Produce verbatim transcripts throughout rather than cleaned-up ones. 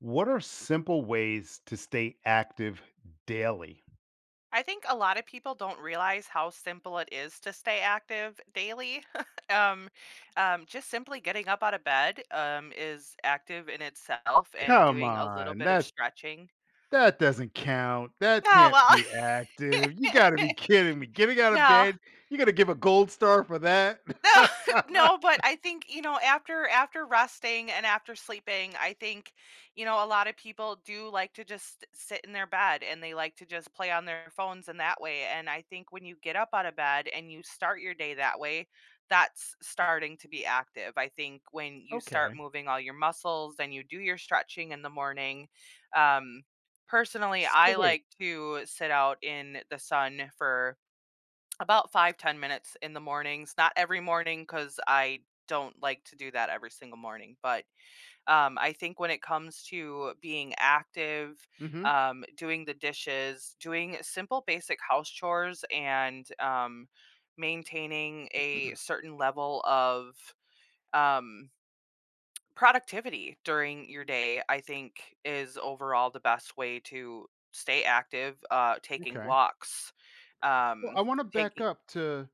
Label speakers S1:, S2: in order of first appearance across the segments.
S1: What are simple ways to stay active daily?
S2: I think a lot of people don't realize how simple it is to stay active daily. um, um, just simply getting up out of bed um, is active in itself and
S1: Come
S2: doing a little
S1: on,
S2: bit of
S1: that
S2: stretching.
S1: that doesn't count. That
S2: Oh,
S1: can't
S2: well,
S1: be active. You got to be kidding me. Getting out of
S2: no.
S1: bed, you got to give a gold star for that?
S2: No, no, but I think, you know, after after resting and after sleeping, I think, you know, a lot of people do like to just sit in their bed and they like to just play on their phones in that way. And I think when you get up out of bed and you start your day that way, that's starting to be active. I think when you start
S1: Okay.
S2: moving all your muscles and you do your stretching in the morning, um, personally,
S1: So
S2: I
S1: wait.
S2: like to sit out in the sun for about five ten minutes in the mornings, not every morning, because I don't like to do that every single morning, but, um, I think when it comes to being active,
S1: Mhm.
S2: um, doing the dishes, doing simple basic house chores and, um, maintaining a certain level of, um, productivity during your day, I think is overall the best way to stay active. Uh, taking
S1: Okay.
S2: walks,
S1: Well, I
S2: um,
S1: want to back
S2: taking
S1: up to,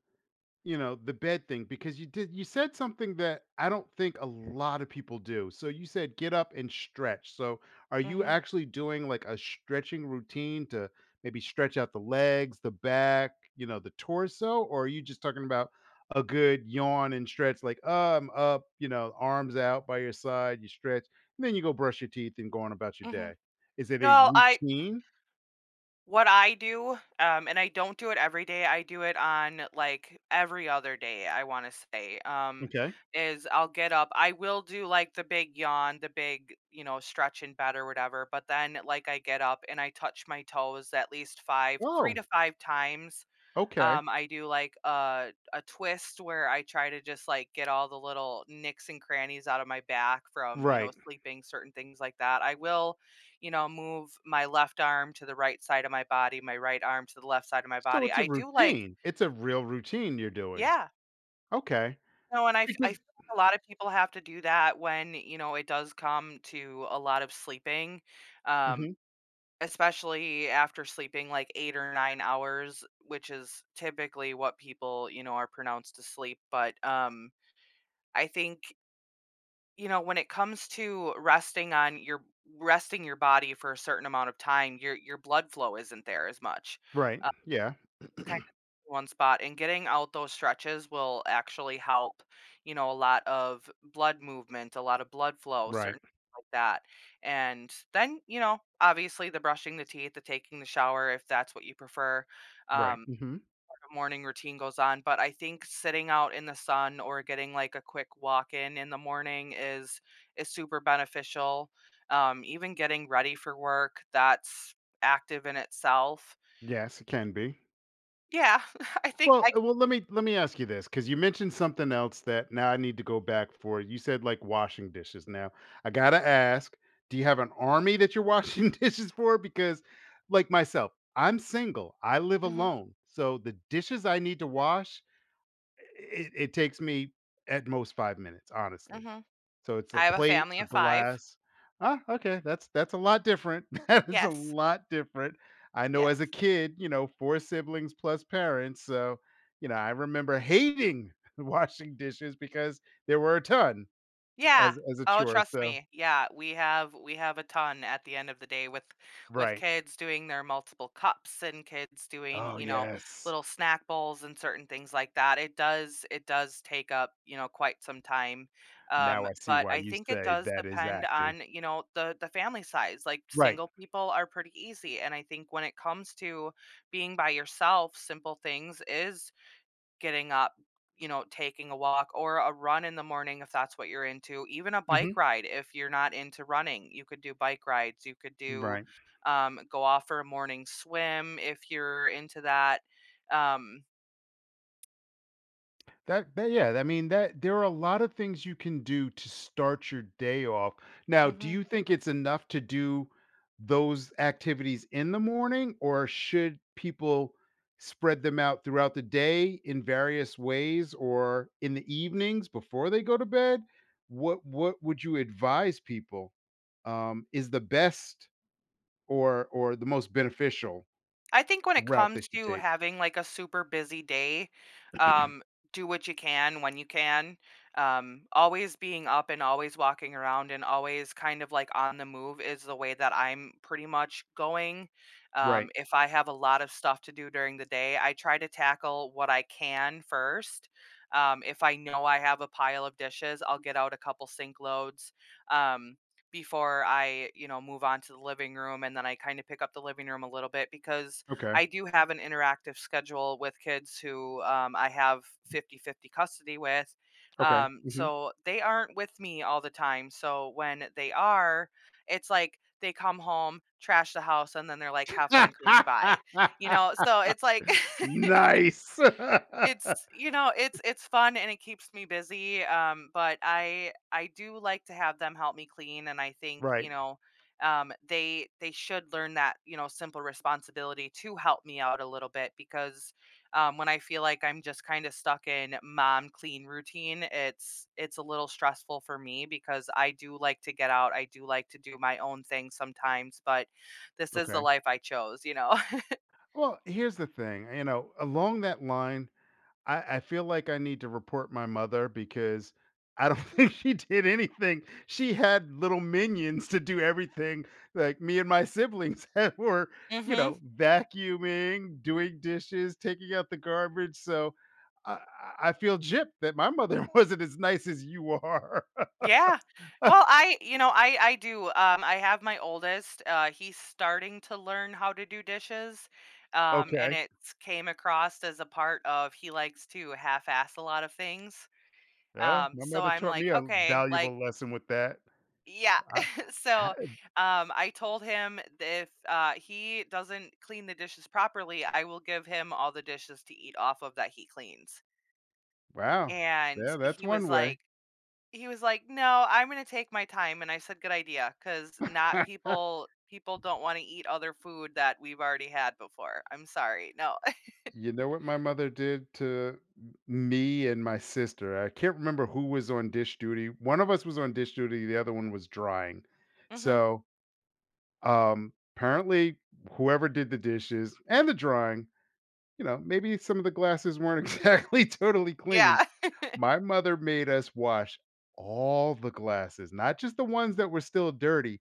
S1: you know, the bed thing because you did you said something that I don't think a lot of people do. So you said get up and stretch. So are you
S2: mhm,
S1: actually doing like a stretching routine to maybe stretch out the legs, the back, you know, the torso, or are you just talking about a good yawn and stretch like, uh, I'm up, you know, arms out by your side, you stretch, and then you go brush your teeth and go on about your
S2: mhm.
S1: day. Is it a
S2: No, I
S1: routine?
S2: what I do, um, and I don't do it every day. I do it on like every other day, I want to say. Um,
S1: Okay.
S2: is I'll get up. I will do like the big yawn, the big, you know, stretch in bed or whatever, but then like I get up and I touch my toes at least five, three
S1: Oh,
S2: to five times.
S1: okay.
S2: um, I do like a a twist where I try to just like get all the little nicks and crannies out of my back from, you know,
S1: Right.
S2: sleeping, certain things like that. I will, you know, move my left arm to the right side of my body, my right arm to the left side of my
S1: So
S2: body.
S1: it's a
S2: I do like,
S1: routine. It's a real routine you're doing.
S2: yeah,
S1: Okay.
S2: no, and I, f- I feel
S1: Because
S2: like a lot of people have to do that when, you know, it does come to a lot of sleeping. Um,
S1: Mhm.
S2: Especially after sleeping, like, eight or nine hours, which is typically what people, you know, are pronounced to sleep, but, um, I think, you know, when it comes to resting on your resting your body for a certain amount of time, your your blood flow isn't there as much
S1: Right. Yeah.
S2: kind of in one spot, and getting out those stretches will actually help, you know, a lot of blood movement, a lot of blood flow, certain
S1: Right.
S2: things like that. And then, you know, obviously the brushing the teeth, the taking the shower if that's what you prefer,
S1: Right.
S2: um,
S1: Mhm.
S2: morning routine goes on. But I think sitting out in the sun or getting like a quick walk in in the morning is is super beneficial. Um even getting ready for work, that's active in itself.
S1: Yes, it can be.
S2: Yeah. i think
S1: Well,
S2: i
S1: uh, well, let me let me ask you this because you mentioned something else that now I need to go back for. You said like washing dishes. Now I gotta ask, do you have an army that you're washing dishes for? Because, like myself, I'm single. I live
S2: mhm.
S1: alone, so the dishes I need to wash, it, it takes me at most five minutes, honestly.
S2: Mhm.
S1: So it's a
S2: I have a
S1: plate,
S2: family
S1: a
S2: of five.
S1: glass. Ah, okay, that's that's a lot different. That is a
S2: Yes,
S1: lot different. I know as a
S2: yes.
S1: kid, you know, four siblings plus parents, so, you know, I remember hating washing dishes because there were a ton
S2: Yeah.
S1: as as a
S2: Oh,
S1: chore,
S2: trust
S1: so
S2: me. Yeah, we have we have a ton at the end of the day with with
S1: right.
S2: kids doing their multiple cups and kids doing,
S1: Oh,
S2: you know,
S1: yes.
S2: little snack bowls and certain things like that. It does it does take up, you know, quite some time. Um,
S1: Now I see
S2: but
S1: why
S2: I
S1: you
S2: think it
S1: say
S2: does
S1: that is
S2: depend
S1: active.
S2: on, you know, the the family size. Like
S1: Right.
S2: single people are pretty easy, and I think when it comes to being by yourself, simple things is getting up, you know, taking a walk or a run in the morning if that's what you're into. Even a bike
S1: Mhm.
S2: ride if you're not into running, you could do bike rides. You could do,
S1: Right.
S2: um, go off for a morning swim if you're into that. Um,
S1: That that yeah, I mean that there are a lot of things you can do to start your day off. Now, do
S2: mhm.
S1: you think it's enough to do those activities in the morning, or should people spread them out throughout the day in various ways, or in the evenings before they go to bed? What what would you advise people, um, is the best or or the most beneficial
S2: I think when it
S1: route
S2: comes
S1: they should
S2: to
S1: take?
S2: having like a super busy day, um, do what you can when you can. Um, always being up and always walking around and always kind of like on the move is the way that I'm pretty much going. Um,
S1: Right.
S2: if I have a lot of stuff to do during the day, I try to tackle what I can first. Um, if I know I have a pile of dishes, I'll get out a couple sink loads. Um, Before I, you know, move on to the living room. And then I kind of pick up the living room a little bit, because
S1: Okay.
S2: I do have an interactive schedule with kids who, um, I have fifty-fifty custody with.
S1: Okay.
S2: Um,
S1: Hmm.
S2: so they aren't with me all the time. So when they are, it's like they come home, trash the house, and then they're like, "Have fun cleaning. Bye." You know, so it's like,
S1: Nice.
S2: it's you know, it's it's fun and it keeps me busy. Um, but I I do like to have them help me clean, and I think, you
S1: Right.
S2: know, um, they they should learn that, you know, simple responsibility to help me out a little bit. Because, um, when I feel like I'm just kind of stuck in mom clean routine, it's it's a little stressful for me because I do like to get out. I do like to do my own thing sometimes, but this is the
S1: Okay.
S2: life I chose, you know?
S1: Well, here's the thing, you know, along that line, I I feel like I need to report my mother because I don't think she did anything. She had little minions to do everything, like, me and my siblings had were, you
S2: Mhm.
S1: know, vacuuming, doing dishes, taking out the garbage, so I I I feel gypped that my mother wasn't as nice as you are.
S2: Yeah. Well, I, you know, I I do. Um, I have my oldest. Uh, he's starting to learn how to do dishes, um, and
S1: Okay.
S2: it came across as a part of, he likes to half-ass a lot of things.
S1: Yeah,
S2: Um,
S1: my
S2: so
S1: mother
S2: I'm
S1: taught
S2: like,
S1: me a
S2: okay, like,
S1: valuable lesson with that.
S2: yeah. so,
S1: Ha
S2: um, I told him that if uh, he doesn't clean the dishes properly, I will give him all the dishes to eat off of that he cleans.
S1: wow.
S2: And
S1: Yeah, that's
S2: he was
S1: one
S2: like,
S1: way.
S2: he was like, "No, I'm gonna take my time," and I said, "Good idea," because not people, people don't wanna eat other food that we've already had before. I'm sorry, no.
S1: You know what my mother did to m me and my sister? I can't remember who was on dish duty. One of us was on dish duty, the other one was drying.
S2: Mhm.
S1: So, um, apparently, whoever did the dishes and the drying, you know, maybe some of the glasses weren't exactly totally clean.
S2: Yeah.
S1: My mother made us wash all the glasses, not just the ones that were still dirty.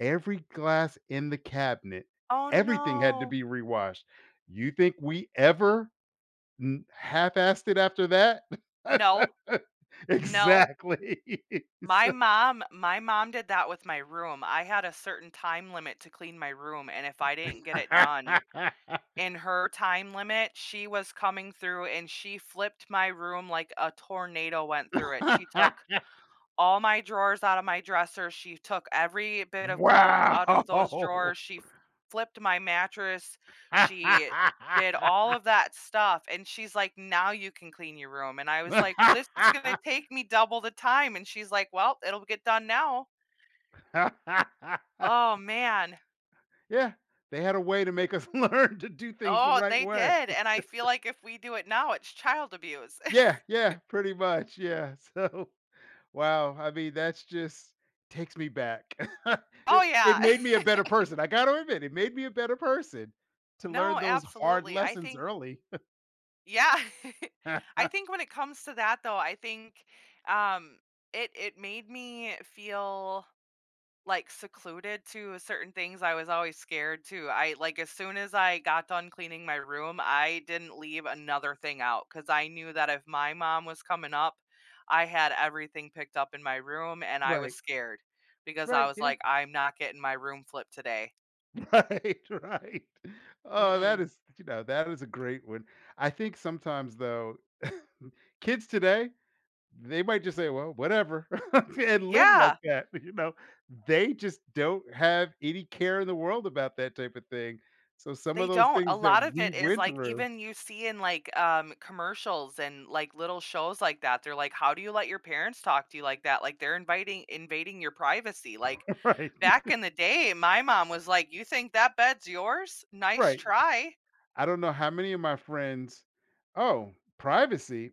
S1: Every glass in the cabinet,
S2: Oh,
S1: everything had to
S2: no.
S1: be rewashed. You think we ever n- half-assed it after that?
S2: No, no.
S1: Exactly.
S2: My
S1: So
S2: mom my mom did that with my room. I had a certain time limit to clean my room, and if I didn't get it done in her time limit, she was coming through and she flipped my room like a tornado went through it. She took all my drawers out of my dresser, she took every bit of clothes out of those drawers,
S1: wow.
S2: she f- flipped my mattress, she did all of that stuff, and she's like, "Now you can clean your room." And I was like, "Well, this is gonna take me double the time," and she's like, "Well, it'll get done now." Oh, man.
S1: Yeah, they had a way to make us learn to do things the
S2: Oh,
S1: right
S2: they
S1: way.
S2: did, and I feel like if we do it now, it's child abuse.
S1: Yeah, yeah, pretty much, yeah. So, wow, I mean, that's just takes me back.
S2: Oh,
S1: It it
S2: yeah.
S1: made me a better person, I gotta admit, it made me a better person to learn
S2: No,
S1: those hard
S2: absolutely, I
S1: lessons
S2: think,
S1: early.
S2: yeah. I think when it comes to that though, I think, um it it made me feel like secluded to certain things I was always scared to. I like as soon as I got done cleaning my room, I didn't leave another thing out, cuz I knew that if my mom was coming up, I had everything picked up in my room. And I was
S1: Right,
S2: scared because I
S1: right,
S2: was
S1: yeah.
S2: like, I'm not getting my room flipped today.
S1: Right, right. Oh, that
S2: Mm-mm.
S1: is, you know, that is a great one. I think sometimes, though, kids today they might just say, "Well, whatever," and live like
S2: Yeah.
S1: that, you know? They just don't have any care in the world about that type of thing. So some of
S2: They
S1: those
S2: don't. A
S1: things that
S2: lot of
S1: we
S2: it is
S1: went
S2: like,
S1: through
S2: even you see in like um commercials and like little shows like that. They're like, "How do you let your parents talk to you like that? Like, they're inviting invading your privacy." Like
S1: right,
S2: back in the day, my mom was like, "You think that bed's yours? Nice
S1: right.
S2: try."
S1: I don't know how many of my friends, "Oh, privacy?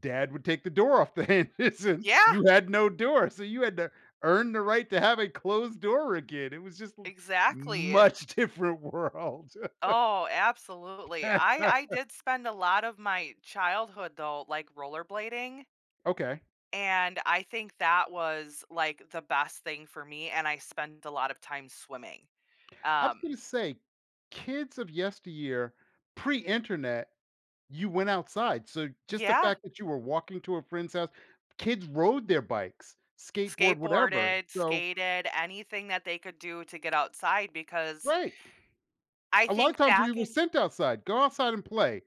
S1: Dad would take the door off the hinges, and
S2: Yeah,
S1: you had no door, so you had to earn the right to have a closed door again." It was just
S2: exactly.
S1: much different world.
S2: Oh, absolutely. I I did spend a lot of my childhood though like rollerblading,
S1: Okay.
S2: and I think that was like the best thing for me, and I spent a lot of time swimming.
S1: I was
S2: Um,
S1: gonna say, kids of yesteryear, pre-internet, you went outside. So just the
S2: yeah,
S1: fact that you were walking to a friend's house, kids rode their bikes, skateboard, whatever.
S2: skateboarded,
S1: So
S2: skated, anything that they could do to get outside. Because
S1: right,
S2: I
S1: a lot of
S2: think
S1: times we
S2: back
S1: were
S2: in
S1: sent outside. Go outside and play.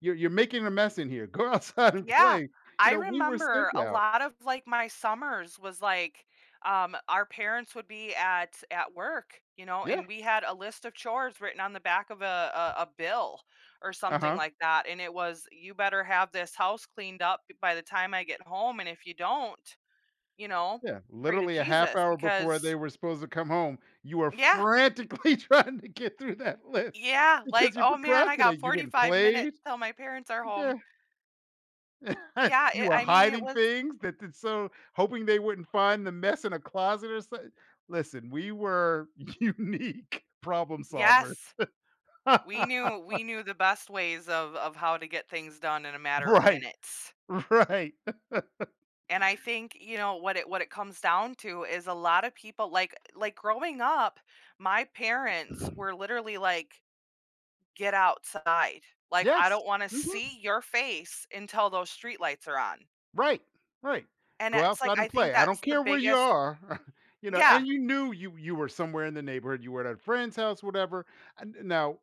S1: You're you're making a mess in here. Go outside and
S2: yeah,
S1: play. You
S2: I
S1: know, we were sent
S2: remember a
S1: out.
S2: lot of like my summers was like, um our parents would be at at work, you know,
S1: Yeah.
S2: and we had a list of chores written on the back of a a, a bill or
S1: Uh
S2: something
S1: huh.
S2: like that. And it was, "You better have this house cleaned up by the time I get home, and if you don't, you know,
S1: Yeah.
S2: pray to
S1: Literally a half
S2: Jesus."
S1: hour before
S2: Because
S1: they were supposed to come home, you were
S2: yeah,
S1: frantically trying to get through that list
S2: yeah, like,
S1: because you
S2: "Oh, man, I got
S1: procrastinated. You went and
S2: forty-five minutes
S1: played.
S2: till my parents are
S1: Yeah.
S2: home." Yeah,
S1: You
S2: it
S1: were
S2: I mean, it
S1: hiding
S2: was
S1: things that did so hoping they wouldn't find the mess in a closet or something. Listen, we were unique problem solvers.
S2: yes. We knew we knew the best ways of of how to get things done in a matter of
S1: Right,
S2: minutes.
S1: right.
S2: And I think, you know, what it what it comes down to is a lot of people like like, growing up, my parents were literally like, "Get outside. Like, I
S1: Yes.
S2: don't wanna
S1: Mhm.
S2: see your face until those streetlights are on."
S1: Right, right.
S2: And
S1: Go
S2: it's like,
S1: outside
S2: I
S1: and
S2: think
S1: play. I
S2: that's
S1: don't
S2: the
S1: care where you
S2: biggest
S1: are, you know,
S2: yeah.
S1: and you knew you you were somewhere in the neighborhood, you were at a friend's house, whatever. And now,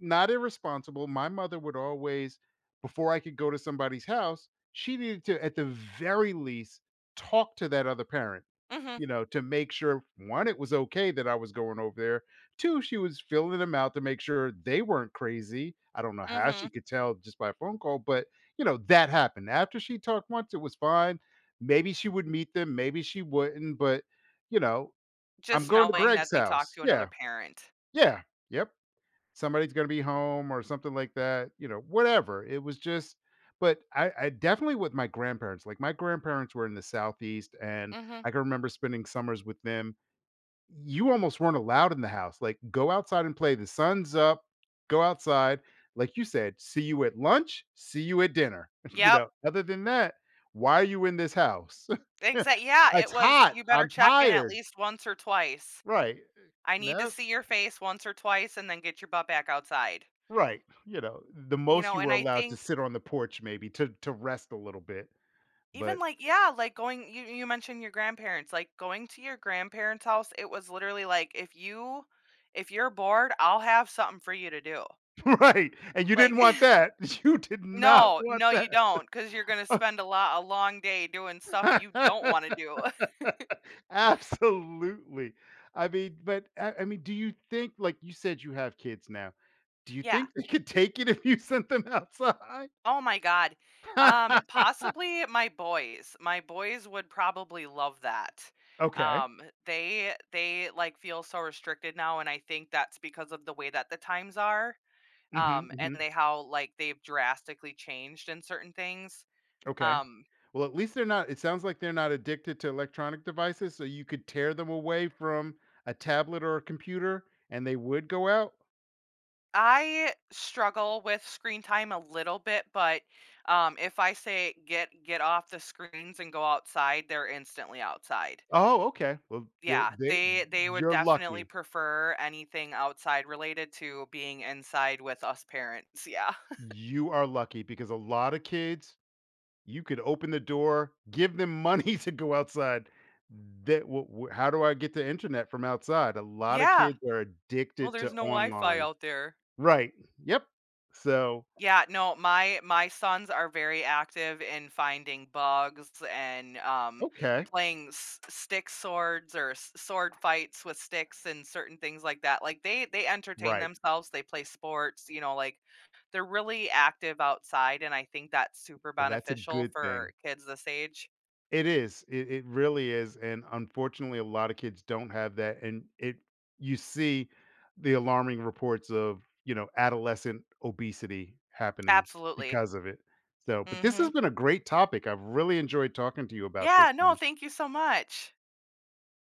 S1: not irresponsible, my mother would always, before I could go to somebody's house, she needed to, at the very least, talk to that other parent,
S2: Mhm.
S1: you know, to make sure one, it was okay that I was going over there. Two, she was filling them out to make sure they weren't crazy. I don't know how
S2: Mhm.
S1: she could tell just by a phone call, but you know, that happened. After she talked once, it was fine. Maybe she would meet them, maybe she wouldn't, but, you know, I'm
S2: Just
S1: going to
S2: knowing that
S1: Greg's
S2: they talked
S1: house.
S2: to another
S1: Yeah.
S2: parent.
S1: Yeah. Yep. Somebody's gonna be home or something like that, you know, whatever. It was just, but I, I definitely with my grandparents, like my grandparents were in the southeast and
S2: Mhm.
S1: I can remember spending summers with them. You almost weren't allowed in the house. Like, go outside and play. The sun's up. Go outside. Like you said, see you at lunch, see you at dinner. You
S2: Yep.
S1: know, other than that, why are you in this house?
S2: Exact yeah, it
S1: It's
S2: was,
S1: hot.
S2: "You better
S1: I'm
S2: check in at
S1: tired.
S2: least once or twice.
S1: Right.
S2: I need to
S1: No.
S2: see your face once or twice and then get your butt back outside."
S1: Right. You know, the
S2: You
S1: most
S2: know,
S1: you
S2: and
S1: were
S2: I
S1: allowed to
S2: think
S1: sit on the porch maybe to to rest a little bit.
S2: even,
S1: But
S2: like yeah, like, going you you mentioned your grandparents, like, going to your grandparents' house, it was literally like, "If you if you're bored, I'll have something for you to do."
S1: right. And you
S2: Like,
S1: didn't want that. You did not
S2: no,
S1: want
S2: no, you do not, because 'cause you're gonna spend a lot a long day doing stuff you don't
S1: that.
S2: wanna do.
S1: Absolutely. I mean, but I I mean, do you think, like you said, you have kids now, do you
S2: Yeah.
S1: think they could take it if you sent them outside?
S2: Oh my god. Um, possibly my boys. My boys would probably love that.
S1: Okay.
S2: Um, they they like feel so restricted now, and I think that's because of the way that the times are.
S1: Mhm,
S2: Um, and
S1: mhm.
S2: they how like they've drastically changed in certain things.
S1: Okay.
S2: Um,
S1: Well, at least they're not, it sounds like they're not addicted to electronic devices, so you could tear them away from a tablet or a computer and they would go out?
S2: I struggle with screen time a little bit, but um, if I say get get off the screens and go outside, they're instantly outside.
S1: Oh, okay. Well, they
S2: Yeah,
S1: they
S2: they they would
S1: you're
S2: definitely
S1: lucky.
S2: prefer anything outside related to being inside with us parents, yeah.
S1: You are lucky because a lot of kids you could open the door, give them money to go outside. That w w how do I get the internet from outside? A lot of
S2: Yeah,
S1: kids are
S2: well,
S1: addicted
S2: there's
S1: to
S2: no Wi-Fi
S1: online.
S2: out there.
S1: Right. Yep. So,
S2: Yeah, no, my my sons are very active in finding bugs and, um,
S1: okay.
S2: playing s stick swords or s sword fights with sticks and certain things like that. Like, they they entertain
S1: Right.
S2: themselves, they play sports, you know, like, they're really active outside, and I think that's super
S1: Well, that's a
S2: beneficial
S1: good
S2: for
S1: thing.
S2: kids this age.
S1: It is. It, it really is. And unfortunately, a lot of kids don't have that. And it you see the alarming reports of, you know, adolescent obesity happening
S2: Absolutely.
S1: because of it. So, but this
S2: Hmm.
S1: has been a great topic. I've really enjoyed talking to you about this
S2: Yeah, no,
S1: one.
S2: thank you so much.